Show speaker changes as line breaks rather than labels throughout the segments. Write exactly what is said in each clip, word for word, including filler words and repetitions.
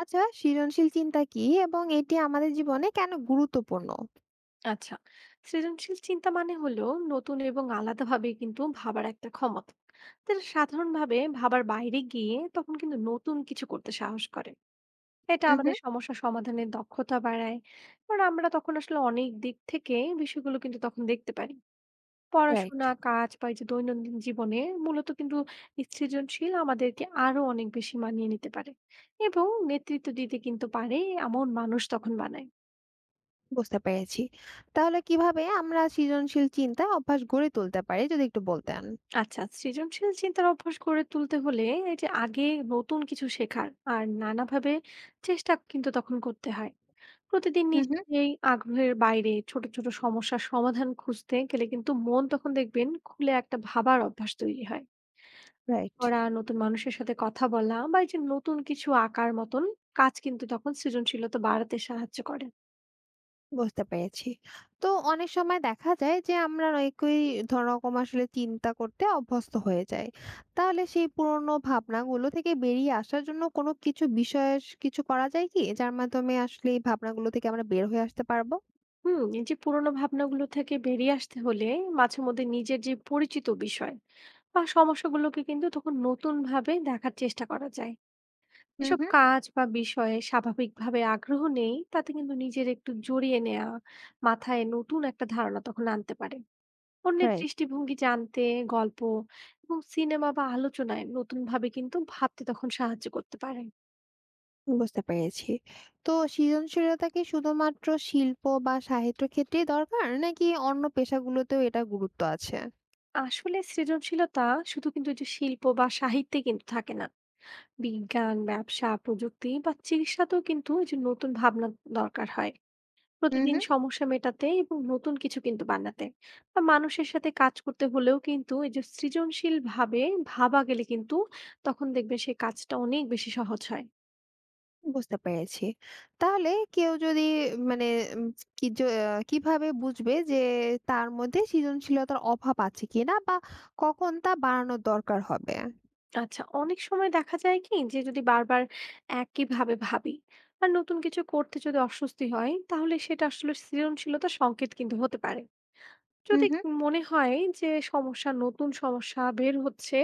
আচ্ছা, সৃজনশীল চিন্তা কি এবং এটি আমাদের জীবনে কেন গুরুত্বপূর্ণ?
আচ্ছা, সৃজনশীল চিন্তা মানে হলো নতুন এবং আলাদাভাবে কিন্তু ভাবার একটা ক্ষমতা যেটা সাধারণভাবে ভাবার বাইরে গিয়ে তখন কিন্তু নতুন কিছু করতে সাহস করে। এটা
উহু।
আমাদের সমস্যা সমাধানের দক্ষতা বাড়ায়, কারণ আমরা তখন আসলে অনেক দিক থেকে বিষয়গুলো কিন্তু তখন দেখতে পারি।
রাইট।
পড়াশোনা, কাজ বা এই যে দৈনন্দিন জীবনে মূলত কিন্তু এই সৃজনশীল আমাদেরকে আরো অনেক বেশি মানিয়ে নিতে পারে এবং নেতৃত্ব দিতে কিন্তু পারে, এমন মানুষ তখন বানায়।
বুঝতে পেরেছি। তাহলে কিভাবে আমরা সৃজনশীল চিন্তা অভ্যাস গড়ে তুলতে পারি, যদি একটু বলতেন?
আচ্ছা, সৃজনশীল চিন্তার অভ্যাস গড়ে তুলতে হলে এই যে আগে নতুন কিছু শেখার আর নানাভাবে চেষ্টা কিন্তু তখন করতে হয়। প্রতিদিন
উহু।
নিজের এই আগ্রহের বাইরে ছোট ছোট সমস্যার সমাধান খুঁজতে গেলে কিন্তু মন তখন দেখবেন খুলে একটা ভাবার অভ্যাস তৈরি হয়।
রাইট।
ওরা নতুন মানুষের সাথে কথা বলা বা এই যে নতুন কিছু আঁকার মতন কাজ কিন্তু তখন সৃজনশীলতা বাড়াতে সাহায্য করে।
বুঝতে পেরেছি। তো অনেক সময় দেখা যায় যে আমরা একই ধ রকম আসলে চিন্তা করতে অভ্যস্ত হয়ে যাই। তাহলে সেই পুরনো ভাবনাগুলো থেকে বেরিয়ে আসার জন্য কোনো কিছু বিশেষ কিছু করা যায় কি, যার মাধ্যমে আসলে এই ভাবনাগুলো থেকে আমরা বের হয়ে আসতে পারবো?
হুম, এই যে পুরোনো ভাবনাগুলো থেকে বেরিয়ে আসতে হলে মাঝে মধ্যে নিজের যে পরিচিত বিষয় বা সমস্যাগুলোকে কিন্তু তখন নতুন ভাবে দেখার চেষ্টা করা যায়। এসব
উহু।
কাজ বা বিষয়ে স্বাভাবিকভাবে আগ্রহ নেই, তাতে কিন্তু নিজের একটু জড়িয়ে নেওয়া মাথায় নতুন একটা ধারণা তখন আনতে পারে। অন্যের
রাইট।
দৃষ্টিভঙ্গি জানতে গল্প এবং সিনেমা বা আলোচনায় নতুন ভাবে কিন্তু ভাবতে তখন সাহায্য করতে পারে।
বুঝতে পেরেছি। তো সৃজনশীলতা কি শুধুমাত্র শিল্প বা সাহিত্য ক্ষেত্রেই দরকার, নাকি অন্য পেশাগুলোতেও এটা গুরুত্ব আছে?
আসলে সৃজনশীলতা শুধু কিন্তু এই যে শিল্প বা সাহিত্যে কিন্তু থাকে না, বিজ্ঞান, ব্যবসা, প্রযুক্তি বা চিকিৎসাতেও কিন্তু এই যে নতুন ভাবনা দরকার হয়
হুম,
প্রতিদিন
হুম।
সমস্যা মেটাতে এবং নতুন কিছু কিন্তু বানাতে বা মানুষের সাথে কাজ করতে হলেও কিন্তু এই যে সৃজনশীল ভাবে ভাবা গেলে কিন্তু তখন দেখবে সেই কাজটা অনেক বেশি সহজ হয়।
বুঝতে পেরেছি। তাহলে কেউ যদি মানে উম কি জ আহ, কিভাবে বুঝবে যে তার মধ্যে সৃজনশীলতার অভাব আছে কিনা, বা কখন তা বাড়ানোর দরকার হবে?
আচ্ছা, অনেক সময় দেখা যায় কি যে যদি বারবার একইভাবে ভাবি আর নতুন কিছু করতে যদি অস্বস্তি হয়, তাহলে সেটা আসলে সৃজনশীলতা সংকেত কিন্তু হতে পারে।
হুম,
যদি
হুম।
মনে হয় যে সমস্যা, নতুন সমস্যা বের হচ্ছে,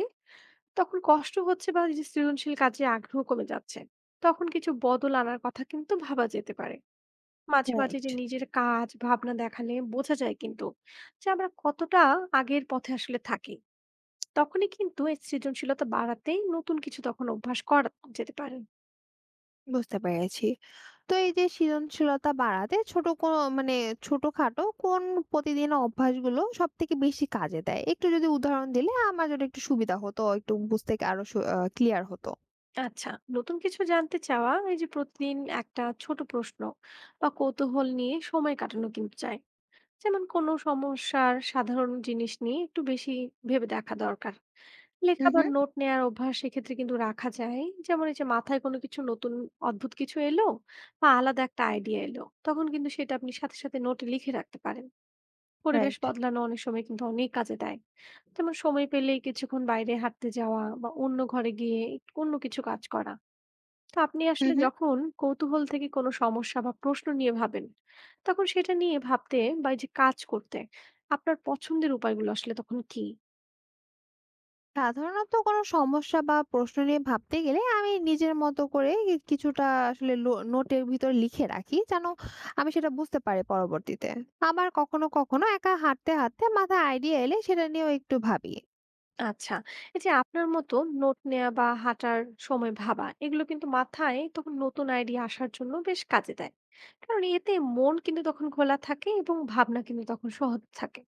তখন কষ্ট হচ্ছে বা এই যে সৃজনশীল কাজে আগ্রহ কমে যাচ্ছে, তখন কিছু বদল আনার কথা কিন্তু ভাবা যেতে পারে। মাঝে মাঝে
রাইট।
যে নিজের কাজ, ভাবনা দেখালে বোঝা যায় কিন্তু যে আমরা কতটা আগের পথে আসলে থাকি। তখনই কিন্তু এই সৃজনশীলতা বাড়াতেই নতুন কিছু তখন অভ্যাস করা যেতে পারে।
বুঝতে পেরেছি। তো এই যে সৃজনশীলতা বাড়াতে ছোট কোনো মানে ছোটখাটো কোন প্রতিদিন অভ্যাসগুলো সবথেকে বেশি কাজে দেয়? একটু যদি উদাহরণ দিলে আমার জন্য একটু সুবিধা হতো। একটু বুঝতে আরো সু আ ক্লিয়ার হতো।
আচ্ছা, নতুন কিছু জানতে চাওয়া, এই যে প্রতিদিন একটা ছোট প্রশ্ন বা কৌতূহল নিয়ে সময় কাটানো কিন্তু চাই। যেমন কোনো সমস্যার সাধারণ জিনিস নিয়ে একটু বেশি ভেবে দেখা দরকার।
হুম,
লেখা বা
হুম।
নোট নেয়ার অভ্যাস সেক্ষেত্রে কিন্তু রাখা যায়। যেমন এই যে মাথায় কোনো কিছু নতুন অদ্ভুত কিছু এলো বা আলাদা একটা আইডিয়া এলো, তখন কিন্তু সেটা আপনি সাথে, সাথে নোটে লিখে রাখতে পারেন। পরিবেশ
রাইট।
বদলানো অনেক সময় কিন্তু অনেক কাজে দেয়। যেমন সময় পেলেই কিছুক্ষণ বাইরে হাঁটতে যাওয়া বা অন্য ঘরে গিয়ে একটু অন্য কিছু কাজ করা। তো আপনি
হুম,
আসলে
হুম।
যখন কৌতূহল থেকে কোনো সমস্যা বা প্রশ্ন নিয়ে ভাবেন, তখন সেটা নিয়ে ভাবতে বা এই যে কাজ করতে আপনার পছন্দের উপায়গুলো আসলে তখন কি?
সাধারণত কোনো সমস্যা বা প্রশ্ন নিয়ে ভাবতে গেলে আমি নিজের মতো করে এ কিছুটা আসলে লো নোটের ভিতর লিখে রাখি, যেন আমি সেটা বুঝতে পারি পরবর্তীতে। আবার কখনো, কখনো একা হাঁটতে, হাঁটতে মাথায় আইডিয়া এলে সেটা নিয়েও একটু ভাবি।
আচ্ছা, এই যে আপনার মতো নোট নেওয়া বা হাঁটার সময় ভাবা, এগুলো কিন্তু মাথায় তখন নতুন আইডিয়া আসার জন্য বেশ কাজে দেয়। কারণ এতে মন কিন্তু তখন খোলা থাকে এবং ভাবনা কিন্তু তখন সহজ থাকে।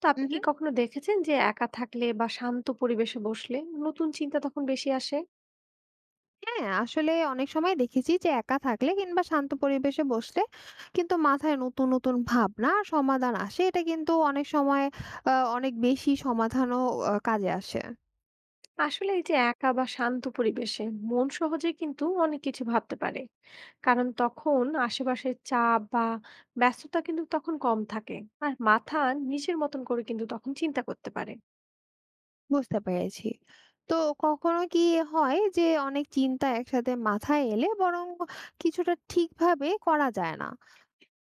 তো আপনি
উহু।
কি কখনো দেখেছেন যে একা থাকলে বা শান্ত পরিবেশে বসলে নতুন চিন্তা তখন বেশি আসে?
হ্যাঁ, আসলে অনেক সময় দেখেছি যে একা থাকলে কিংবা শান্ত পরিবেশে বসলে কিন্তু মাথায় নতুন নতুন ভাবনা আর সমাধান আসে, এটা কিন্তু অনেক সময় আহ, অনেক বেশি সমাধানও আহ, কাজে আসে।
আসলে এই যে একা বা শান্ত পরিবেশে মন সহজে কিন্তু অনেক কিছু ভাবতে পারে। কারণ তখন আশেপাশের চাপ বা ব্যস্ততা কিন্তু তখন কম থাকে, আর মাথা নিজের মতন করে কিন্তু তখন চিন্তা করতে পারে।
বুঝতে পেরেছি। তো কখনো কি হয় যে অনেক চিন্তা একসাথে মাথায় এলে বরং কিছুটা ঠিকভাবে করা যায় না?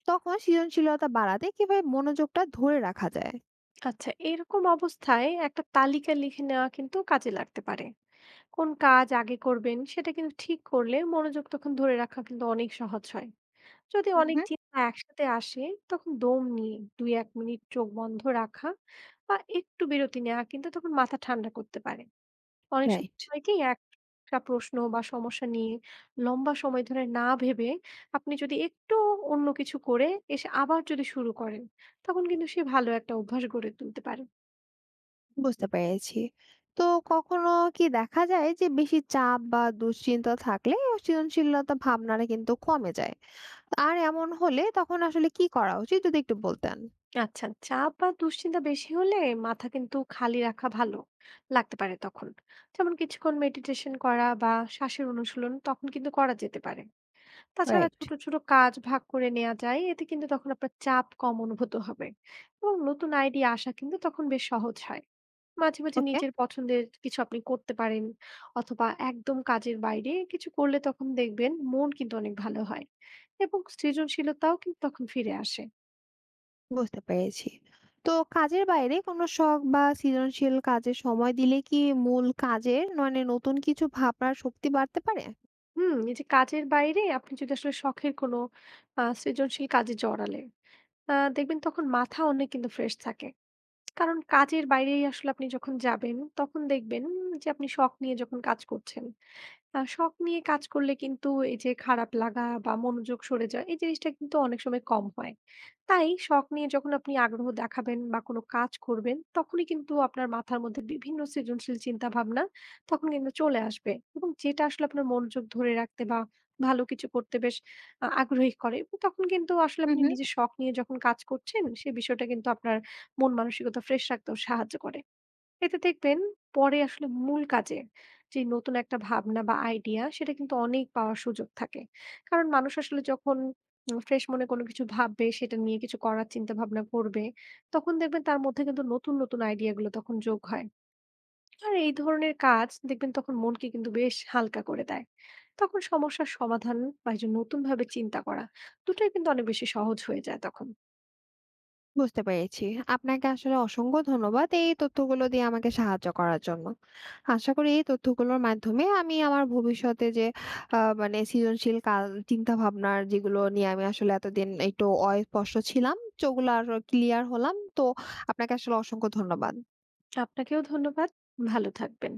তখন সৃজনশীলতা বাড়াতে কিভাবে মনোযোগটা ধরে রাখা যায়?
আচ্ছা, এরকম অবস্থায় একটা তালিকা লিখে নেওয়া কিন্তু কাজে লাগতে পারে। কোন কাজ আগে করবেন সেটা কিন্তু ঠিক করলে মনোযোগ তখন ধরে রাখা কিন্তু অনেক সহজ হয়। যদি
হুম,
অনেক
হুম।
চিন্তা একসাথে আসে, তখন দম নিয়ে দুই এক মিনিট চোখ বন্ধ রাখা বা একটু বিরতি নেওয়া কিন্তু তখন মাথা ঠান্ডা করতে পারে। অনেক
রাইট।
সময় হয় কি একটা প্রশ্ন বা সমস্যা নিয়ে লম্বা সময় ধরে না ভেবে আপনি যদি একটু অন্য কিছু করে এসে আবার যদি শুরু করেন, তখন কিন্তু সে ভালো একটা অভ্যাস গড়ে তুলতে পারে।
বুঝতে পেরেছি। তো কখনো কি দেখা যায় যে বেশি চাপ বা দুশ্চিন্তা থাকলে সৃজনশীলতা ভাবনাটা কিন্তু কমে যায়। আর এমন হলে তখন আসলে কি করা উচিত, যদি একটু বলতেন?
আচ্ছা, চাপ বা দুশ্চিন্তা বেশি হলে মাথা কিন্তু খালি রাখা ভালো লাগতে পারে তখন। যেমন কিছুক্ষণ মেডিটেশন করা বা শ্বাসের অনুশীলন তখন কিন্তু করা যেতে পারে। তাছাড়া
রাইট।
ছোট ছোট কাজ ভাগ করে নেওয়া যায়, এতে কিন্তু তখন আপনার চাপ কম অনুভূত হবে এবং নতুন আইডিয়া আসা কিন্তু তখন বেশ সহজ হয়। মাঝে মাঝে
ওকে।
নিজের পছন্দের কিছু আপনি করতে পারেন, অথবা একদম কাজের বাইরে কিছু করলে তখন দেখবেন মন কিন্তু অনেক ভালো হয় এবং সৃজনশীলতাও কিন্তু তখন ফিরে আসে।
বুঝতে পেরেছি। তো কাজের বাইরে কোনো শখ বা সৃজনশীল কাজে সময় দিলে কি মূল কাজের মানে নতুন কিছু ভাবনার শক্তি বাড়তে পারে?
হুম, এই যে কাজের বাইরে আপনি যদি আসলে শখের কোনো আ সৃজনশীল কাজে জড়ালে আ দেখবেন তখন মাথা অনেক কিন্তু ফ্রেশ থাকে। কারণ কাজের বাইরেই আসলে আপনি যখন যাবেন, তখন দেখবেন যে আপনি শখ নিয়ে যখন কাজ করছেন। আ শখ নিয়ে কাজ করলে কিন্তু এই যে খারাপ লাগা বা মনোযোগ সরে যাওয়া, এই জিনিসটা কিন্তু অনেক সময় কম হয়। তাই শখ নিয়ে যখন আপনি আগ্রহ দেখাবেন বা কোনো কাজ করবেন, তখনই কিন্তু আপনার মাথার মধ্যে বিভিন্ন সৃজনশীল চিন্তাভাবনা তখন কিন্তু চলে আসবে এবং যেটা আসলে আপনার মনোযোগ ধরে রাখতে বা ভালো কিছু করতে বেশ আ আগ্রহী করে। এবং তখন কিন্তু আসলে
হুম,
আপনি
হুম।
নিজের শখ নিয়ে যখন কাজ করছেন, সে বিষয়টা কিন্তু আপনার মন মানসিকতা ফ্রেশ রাখতেও সাহায্য করে। এতে দেখবেন পরে আসলে মূল কাজে যে নতুন একটা ভাবনা বা আইডিয়া সেটা কিন্তু অনেক পাওয়ার সুযোগ থাকে। কারণ মানুষ আসলে যখন উম ফ্রেশ মনে কোনো কিছু ভাববে, সেটা নিয়ে কিছু করার চিন্তা ভাবনা করবে, তখন দেখবেন তার মধ্যে কিন্তু নতুন, নতুন আইডিয়া গুলো তখন যোগ হয়। আর এই ধরনের কাজ দেখবেন তখন মনকে কিন্তু বেশ হালকা করে দেয়। তখন সমস্যার সমাধান বা এই যে নতুনভাবে চিন্তা করা, দুটোই কিন্তু অনেক বেশি সহজ হয়ে যায় তখন।
বুঝতে পেরেছি। আপনাকে আসলে অসংখ্য ধন্যবাদ এই তথ্যগুলো দিয়ে আমাকে সাহায্য করার জন্য। আশা করি এই তথ্যগুলোর মাধ্যমে আমি আমার ভবিষ্যতে যে আ মানে সৃজনশীল কাল চিন্তাভাবনার যেগুলো নিয়ে আমি আসলে এতদিন একটু অস্পষ্ট ছিলাম, সেগুলো আরো ক্লিয়ার হলাম। তো আপনাকে আসলে অসংখ্য ধন্যবাদ।
আপনাকেও ধন্যবাদ। ভালো থাকবেন।